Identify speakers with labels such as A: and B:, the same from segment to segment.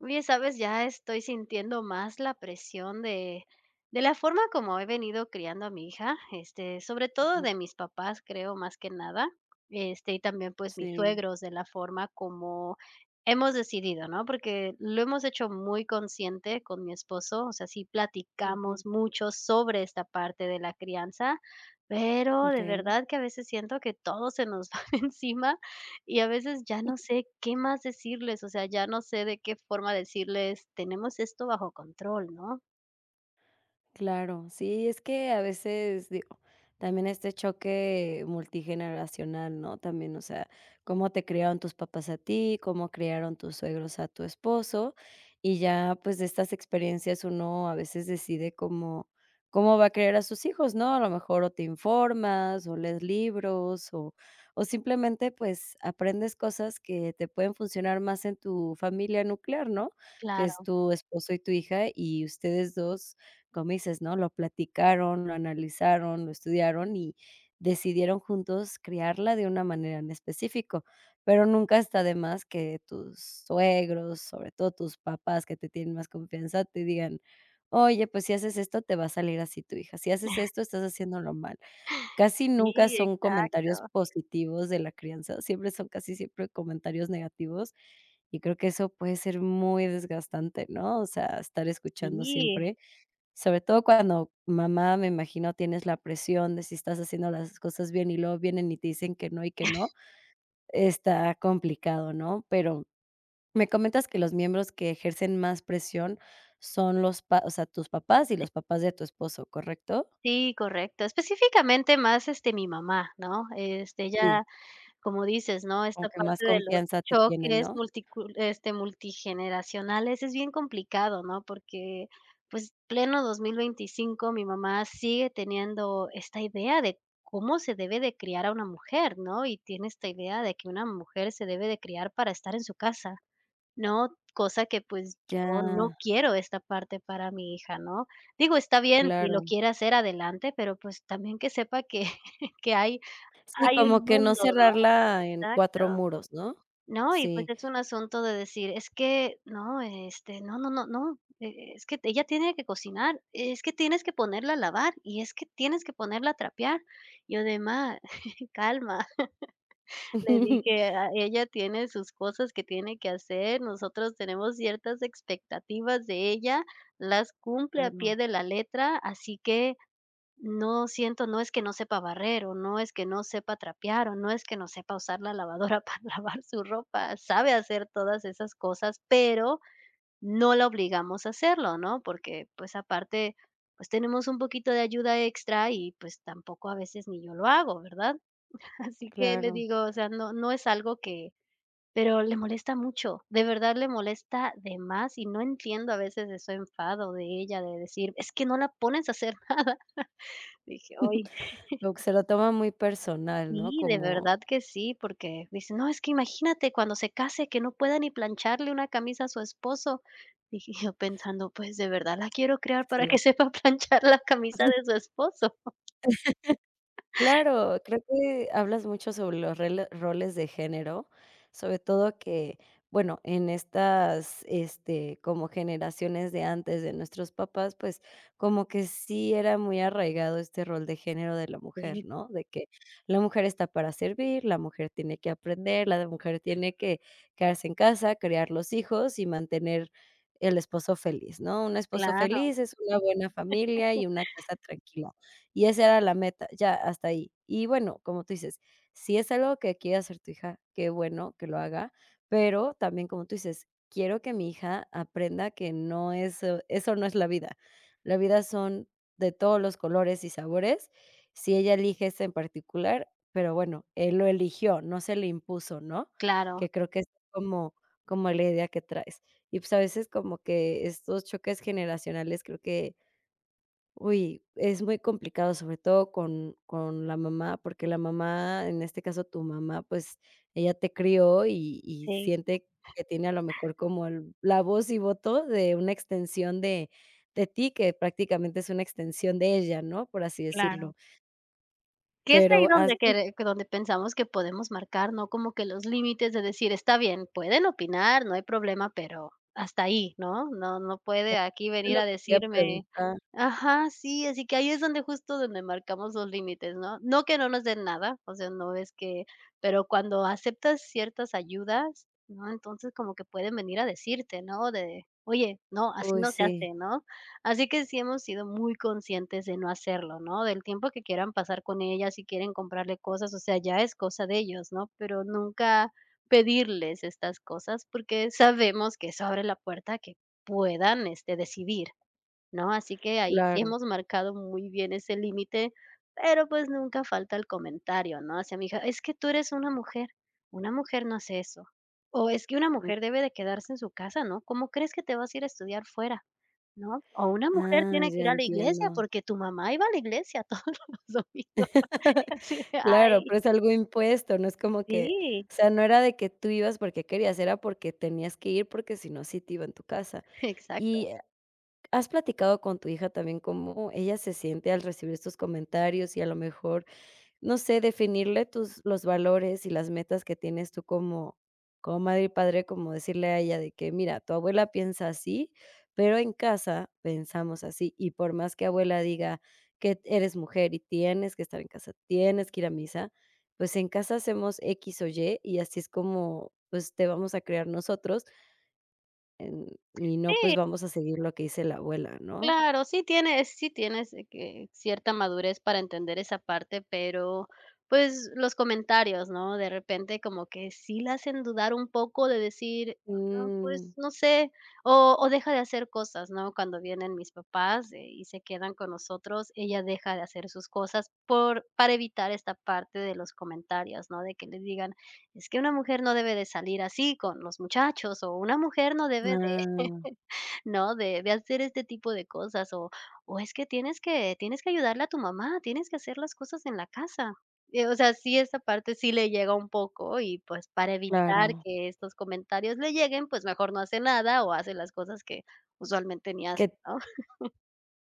A: Oye, ¿sabes? Ya estoy sintiendo más la presión de la forma como he venido criando a mi hija, este, sobre todo de
B: Ujú,
A: mis papás, creo, más que nada, este, y también, pues, mis
B: sí,
A: suegros, de la forma como hemos decidido, ¿no? Porque lo hemos hecho muy consciente con mi esposo, o sea, sí
B: ujú,
A: platicamos mucho sobre esta parte de la crianza, pero de
B: okey.
A: verdad que a veces siento que todo se nos va encima y a veces ya no sé qué más decirles, o sea, ya no sé de qué forma decirles: "Tenemos esto bajo control", ¿no?
B: Claro, sí, es que a veces, digo, también este choque multigeneracional, ¿no? También, o sea, cómo te criaron tus papás a ti, cómo criaron tus suegros a tu esposo, y ya, pues, de estas experiencias uno a veces decide cómo va a criar a sus hijos, ¿no? A lo mejor o te informas, o lees libros, o simplemente, pues, aprendes cosas que te pueden funcionar más en tu familia nuclear, ¿no? Que es
A: Claro,
B: tu esposo y tu hija, y ustedes dos como dices, ¿no? Lo platicaron, lo analizaron, lo estudiaron y decidieron juntos criarla de una manera en específico, pero nunca está de más que tus suegros, sobre todo tus papás que te tienen más confianza, te digan: "Oye, pues si haces esto, te va a salir así tu hija, si haces esto, estás haciéndolo mal". Casi nunca
A: sí,
B: son comentarios
A: exacto.
B: positivos de la crianza, siempre son casi siempre comentarios negativos, y creo que eso puede ser muy desgastante, ¿no? O sea, estar escuchando
A: Sí.
B: siempre sobre todo cuando mamá, me imagino, tienes la presión de si estás haciendo las cosas bien y luego vienen y te dicen que no y que no, está complicado, ¿no? Pero me comentas que los miembros que ejercen más presión son los pa o sea, tus papás y los papás de tu esposo, ¿correcto?
A: Sí, sí, correcto. Específicamente más, este, mi mamá, ¿no? Este, ella
B: Sí,
A: como dices, ¿no? Esta
B: como que más
A: parte de los
B: confianza te tienen,
A: choques
B: ¿no?
A: multigeneracionales es bien complicado, ¿no? Porque, pues, pleno 2025, mi mamá sigue teniendo esta idea de cómo se debe de criar a una mujer, ¿no? Y tiene esta idea de que una mujer se debe de criar para estar en su casa, ¿no? Cosa que, pues, yo no
B: Ya,
A: quiero esta parte para mi hija, ¿no? Digo, está bien, si lo
B: claro.
A: quiere hacer adelante, pero, pues, también que sepa que que hay
B: Sí,
A: hay un
B: como que no
A: mundo, ¿no?
B: cerrarla en
A: Exacto.
B: cuatro muros, ¿no?
A: No, y pues
B: Sí.
A: es un asunto de decir, es que no, este, no, es que ella tiene que cocinar, es que tienes que ponerla a lavar y es que tienes que ponerla a trapear. Yo de: "Ma, calma", le dije, a ella tiene sus cosas que tiene que hacer, nosotros tenemos ciertas expectativas de ella, las cumple a
B: Claro,
A: pie de la letra, así que, no siento, no es que no sepa barrer, o no es que no sepa trapear, o no es que no sepa usar la lavadora para lavar su ropa, sabe hacer todas esas cosas, pero no la obligamos a hacerlo, ¿no? Porque, pues, aparte, pues, tenemos un poquito de ayuda extra y, pues, tampoco a veces ni yo lo hago, ¿verdad? Así que le
B: claro.
A: digo, o sea, no es algo que pero le molesta mucho, de verdad le molesta de más, y no entiendo a veces de su enfado de ella de decir: "Es que no la pones a hacer nada". Dije: "Oiga".
B: Como que se lo toma muy personal, ¿no?
A: Sí, de
B: Como
A: verdad que sí, porque dice: "No, es que imagínate cuando se case que no pueda ni plancharle una camisa a su esposo". Dije yo pensando: "Pues, de verdad la quiero
B: que
A: crear
B: se
A: para que
B: la
A: sepa planchar la camisa de su esposo".
B: Claro, creo que hablas mucho sobre los rele- roles de género, sobre todo que, bueno, en estas, este, como generaciones de antes de nuestros papás, pues como que sí era muy arraigado este rol de género de la mujer,
A: Sí,
B: ¿no? De que la mujer está para servir, la mujer tiene que aprender, la mujer tiene que quedarse en casa, criar los hijos y mantener el esposo feliz, ¿no? Un esposo
A: claro,
B: feliz es una buena familia y una casa tranquila. Y esa era la meta, ya hasta ahí. Y bueno, como tú dices, si es algo que quiere hacer tu hija, qué bueno que lo haga, pero también, como tú dices, quiero que mi hija aprenda que no es, eso no es la vida. La vida son de todos los colores y sabores, si ella elige ese en particular, pero bueno, él lo eligió, no se le impuso, ¿no?
A: claro,
B: Que creo que es como como la idea que traes. Y, pues, a veces como que estos choques generacionales creo que Uy, es muy complicado, sobre todo con la mamá, porque la mamá, en este caso tu mamá, pues, ella te crió y
A: sí,
B: siente que tiene a lo mejor como el la voz y voto de una extensión de ti, que prácticamente es una extensión de ella, ¿no?, por así decirlo.
A: claro. Que es ahí
B: Pero
A: donde
B: así es
A: quere que donde pensamos que podemos marcar, ¿no? Como que los límites de decir: "Está bien, pueden opinar, no hay problema, pero hasta ahí", ¿no? No puede aquí venir
B: lo
A: a
B: que te iba a
A: decirme
B: preguntar.
A: ajá, sí, así que ahí es donde justo donde marcamos los límites, ¿no? No que no nos den nada, o sea, no es que pero cuando aceptas ciertas ayudas, ¿no? Entonces como que pueden venir a decirte, ¿no? De: "Oye, no, así
B: Uy,
A: no se
B: sí,
A: hace", ¿no? Así que sí hemos sido muy conscientes de no hacerlo, ¿no? Del tiempo que quieran pasar con ella, si quieren comprarle cosas, o sea, ya es cosa de ellos, ¿no? Pero nunca pedirles estas cosas porque sabemos que eso abre la puerta a que puedan, este, decidir. ¿No? Así que ahí sí
B: claro.
A: hemos marcado muy bien ese límite, pero pues nunca falta el comentario, ¿no? Hacia mi hija, es que tú eres una mujer no hace eso. O es que una
B: Mm.
A: mujer debe de quedarse en su casa, ¿no? ¿Cómo crees que te vas a ir a estudiar fuera? ¿No? O una mujer
B: Ah,
A: tiene que ir
B: ya
A: a la iglesia
B: entiendo.
A: porque tu mamá iba a la iglesia todos los domingos. Así de,
B: Claro,
A: ay,
B: pero es algo impuesto, no es como que
A: sí,
B: o sea, no era de que tú ibas porque querías, era porque tenías que ir, porque si no, sí te iba en tu casa. ¿Y
A: exacto.
B: has platicado con tu hija también cómo ella se siente al recibir estos comentarios y a lo mejor no sé, definirle tus los valores y las metas que tienes tú como como madre y padre, como decirle a ella de que: "Mira, tu abuela piensa así, pero en casa pensamos así, y por más que abuela diga que eres mujer y tienes que estar en casa, tienes que ir a misa, pues en casa hacemos X o Y, y así es como, pues, te vamos a crear nosotros, en y no,
A: Sí,
B: pues, vamos a seguir lo que dice la abuela", ¿no?
A: claro, sí tienes, que cierta madurez para entender esa parte, pero, pues, los comentarios, ¿no? De repente como que sí la hacen dudar un poco de decir: "No, pues,
B: Mm,
A: no sé", o deja de hacer cosas, ¿no? Cuando vienen mis papás, y se quedan con nosotros, ella deja de hacer sus cosas por para evitar esta parte de los comentarios, ¿no? De que le digan: "Es que una mujer no debe de salir así con los muchachos", o "Una mujer no debe
B: ah,
A: ¿no? De hacer este tipo de cosas, o es que tienes que ayudarle a tu mamá, tienes que hacer las cosas en la casa. O sea, sí, esta parte sí le llega un poco y, pues, para evitar
B: claro.
A: que estos comentarios le lleguen, pues, mejor no hace nada o hace las cosas que usualmente ni hace,
B: Que
A: ¿no?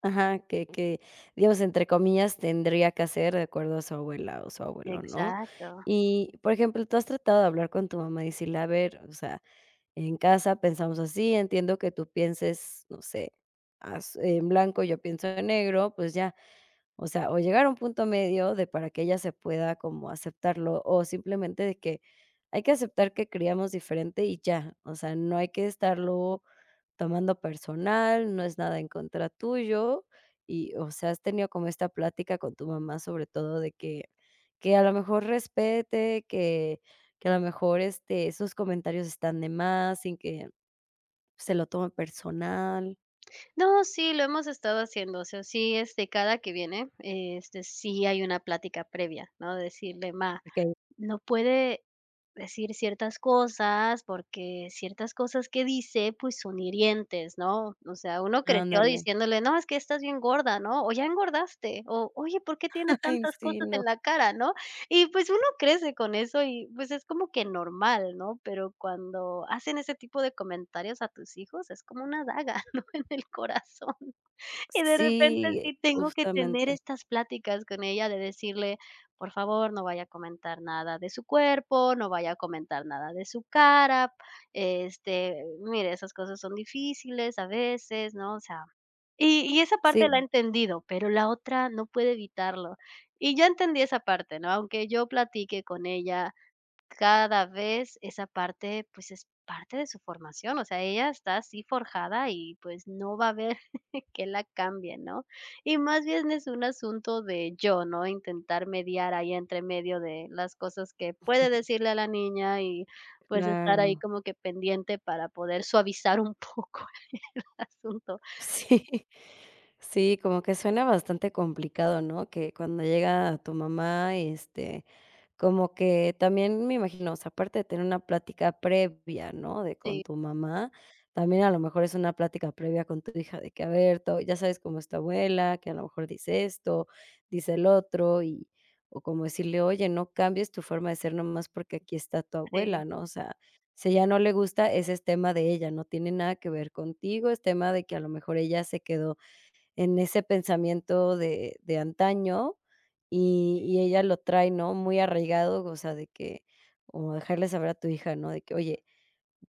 B: Ajá, que digamos, entre comillas, tendría que hacer de acuerdo a su abuela o su abuelo, ¿no?
A: Exacto.
B: Y, por ejemplo, ¿tú has tratado de hablar con tu mamá y decirle: "A ver, o sea, en casa pensamos así, entiendo que tú pienses, no sé, az en blanco, yo pienso en negro, pues ya", o sea, o llegar a un punto medio de para que ella se pueda como aceptarlo, o simplemente de que hay que aceptar que criamos diferente y ya, o sea, no hay que estarlo tomando personal, no es nada en contra tuyo. Y, o sea, has tenido como esta plática con tu mamá, sobre todo de que a lo mejor respete, que a lo mejor, este, esos comentarios están de más, sin que se lo tome personal.
A: No, sí, lo hemos estado haciendo, o sea, sí, este, cada que viene, este, sí hay una plática previa, ¿no? Decirle: "Ma,
B: Que
A: no puede decir ciertas cosas, porque ciertas cosas que dice, pues, son hirientes, ¿no? O sea, uno creció
B: ándale.
A: diciéndole: "No, es que estás bien gorda", ¿no? O: "Ya engordaste", o: "Oye, ¿por qué tienes
B: Ay,
A: tantas
B: sí,
A: cosas en
B: no.
A: la cara?", ¿no? Y, pues, uno crece con eso y, pues, es como que normal, ¿no? Pero cuando hacen ese tipo de comentarios a tus hijos, es como una daga, ¿no? En el corazón. Y de repente
B: Sí,
A: sí tengo que tener
B: justamente.
A: estas pláticas con ella de decirle, por favor, no vaya a comentar nada de su cuerpo, no vaya a comentar nada de su cara, este, mire, esas cosas son difíciles a veces, ¿no? O sea, y esa parte la he
B: Sí,
A: entendido, pero la otra no puede evitarlo. Y yo entendí esa parte, ¿no? Aunque yo platique con ella cada vez, esa parte, pues, es parte de su formación, o sea, ella está así forjada y, pues, no va a haber que la cambie, ¿no? Y más bien es un asunto de yo, ¿no? Intentar mediar ahí entre medio de las cosas que puede decirle a la niña y pues estar ahí
B: claro.
A: como que pendiente para poder suavizar un poco el asunto.
B: Sí. Sí, como que suena bastante complicado, ¿no? Que cuando llega tu mamá, este, Como que también me imagino, o sea, aparte de tener una plática previa, ¿no?, de con
A: Sí,
B: tu mamá, también a lo mejor es una plática previa con tu hija de que, a ver, to ya sabes cómo es tu abuela, que a lo mejor dice esto, dice el otro, y o como decirle: "Oye, no cambies tu forma de ser nomás porque aquí está tu
A: sí,
B: abuela", ¿no? O sea, si ella no le gusta, ese es tema de ella, no tiene nada que ver contigo, es tema de que a lo mejor ella se quedó en ese pensamiento de antaño, y ella lo trae, ¿no?, muy arraigado, o sea, de que como dejarle saber a tu hija, ¿no?, de que: "Oye,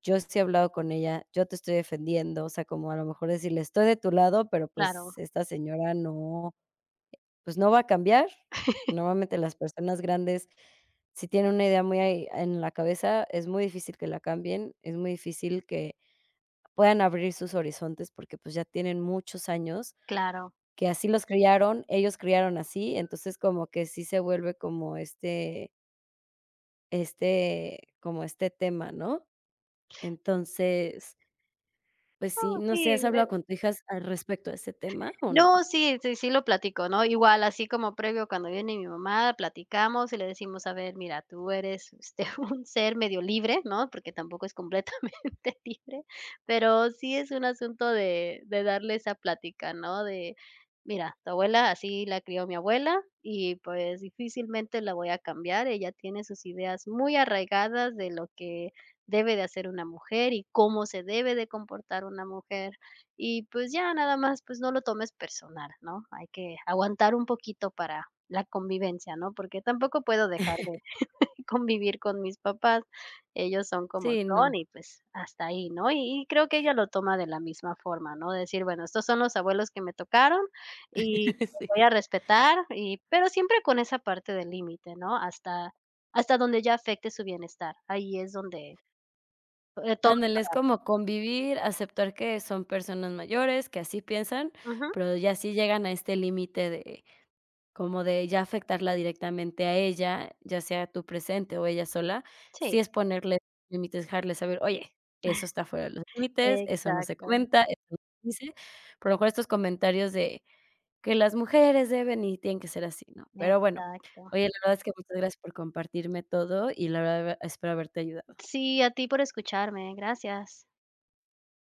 B: yo sí he hablado con ella, yo te estoy defendiendo", o sea, como a lo mejor decirle: "Estoy de tu lado, pero,
A: claro,
B: pues, esta señora no, pues, no va a cambiar". Normalmente las personas grandes, si tienen una idea muy ahí en la cabeza, es muy difícil que la cambien, es muy difícil que puedan abrir sus horizontes porque, pues, ya tienen muchos años
A: claro.
B: que así los criaron, ellos criaron así, entonces como que sí se vuelve como este este como este tema, ¿no? Entonces, pues sí,
A: No,
B: no sé,
A: sí,
B: ¿has hablado con tu hijas al respecto de ese tema o
A: No,
B: no?
A: sí, sí, sí lo platico, ¿no? Igual, así como previo cuando viene mi mamá, platicamos y le decimos: "A ver, mira, tú eres, este, un ser medio libre", ¿no? Porque tampoco es completamente libre, pero sí es un asunto de darle esa plática, ¿no? De: "Mira, tu abuela, así la crió mi abuela y, pues, difícilmente la voy a cambiar. Ella tiene sus ideas muy arraigadas de lo que debe de hacer una mujer y cómo se debe de comportar una mujer". Y, pues, ya nada más, pues, no lo tomes personal, ¿no? Hay que aguantar un poquito para la convivencia, ¿no? Porque tampoco puedo dejar de convivir con mis papás. Ellos son como
B: Sí, no.
A: son y, pues, hasta ahí, ¿no? Y creo que ella lo toma de la misma forma, ¿no? Decir, bueno, estos son los abuelos que me tocaron y los
B: Sí.
A: voy a respetar, y pero siempre con esa parte del límite, ¿no? Hasta donde ya afecte su bienestar. Ahí es donde, todo
B: Ándale, es como convivir, aceptar que son personas mayores, que así piensan,
A: ujú,
B: pero ya sí llegan a este límite de Como de ya afectarla directamente a ella, ya sea tú presente o ella sola, sí
A: sí,
B: es ponerle límites, dejarle saber: "Oye, eso está fuera de los límites, eso no se
A: exacto,
B: comenta, eso no se dice", pero lo mejor estos comentarios de que las mujeres deben y tienen que ser así, ¿no? Pero bueno,
A: exacto.
B: oye, la verdad es que muchas gracias por compartirme todo y la verdad espero haberte ayudado.
A: Sí, a ti por escucharme, gracias.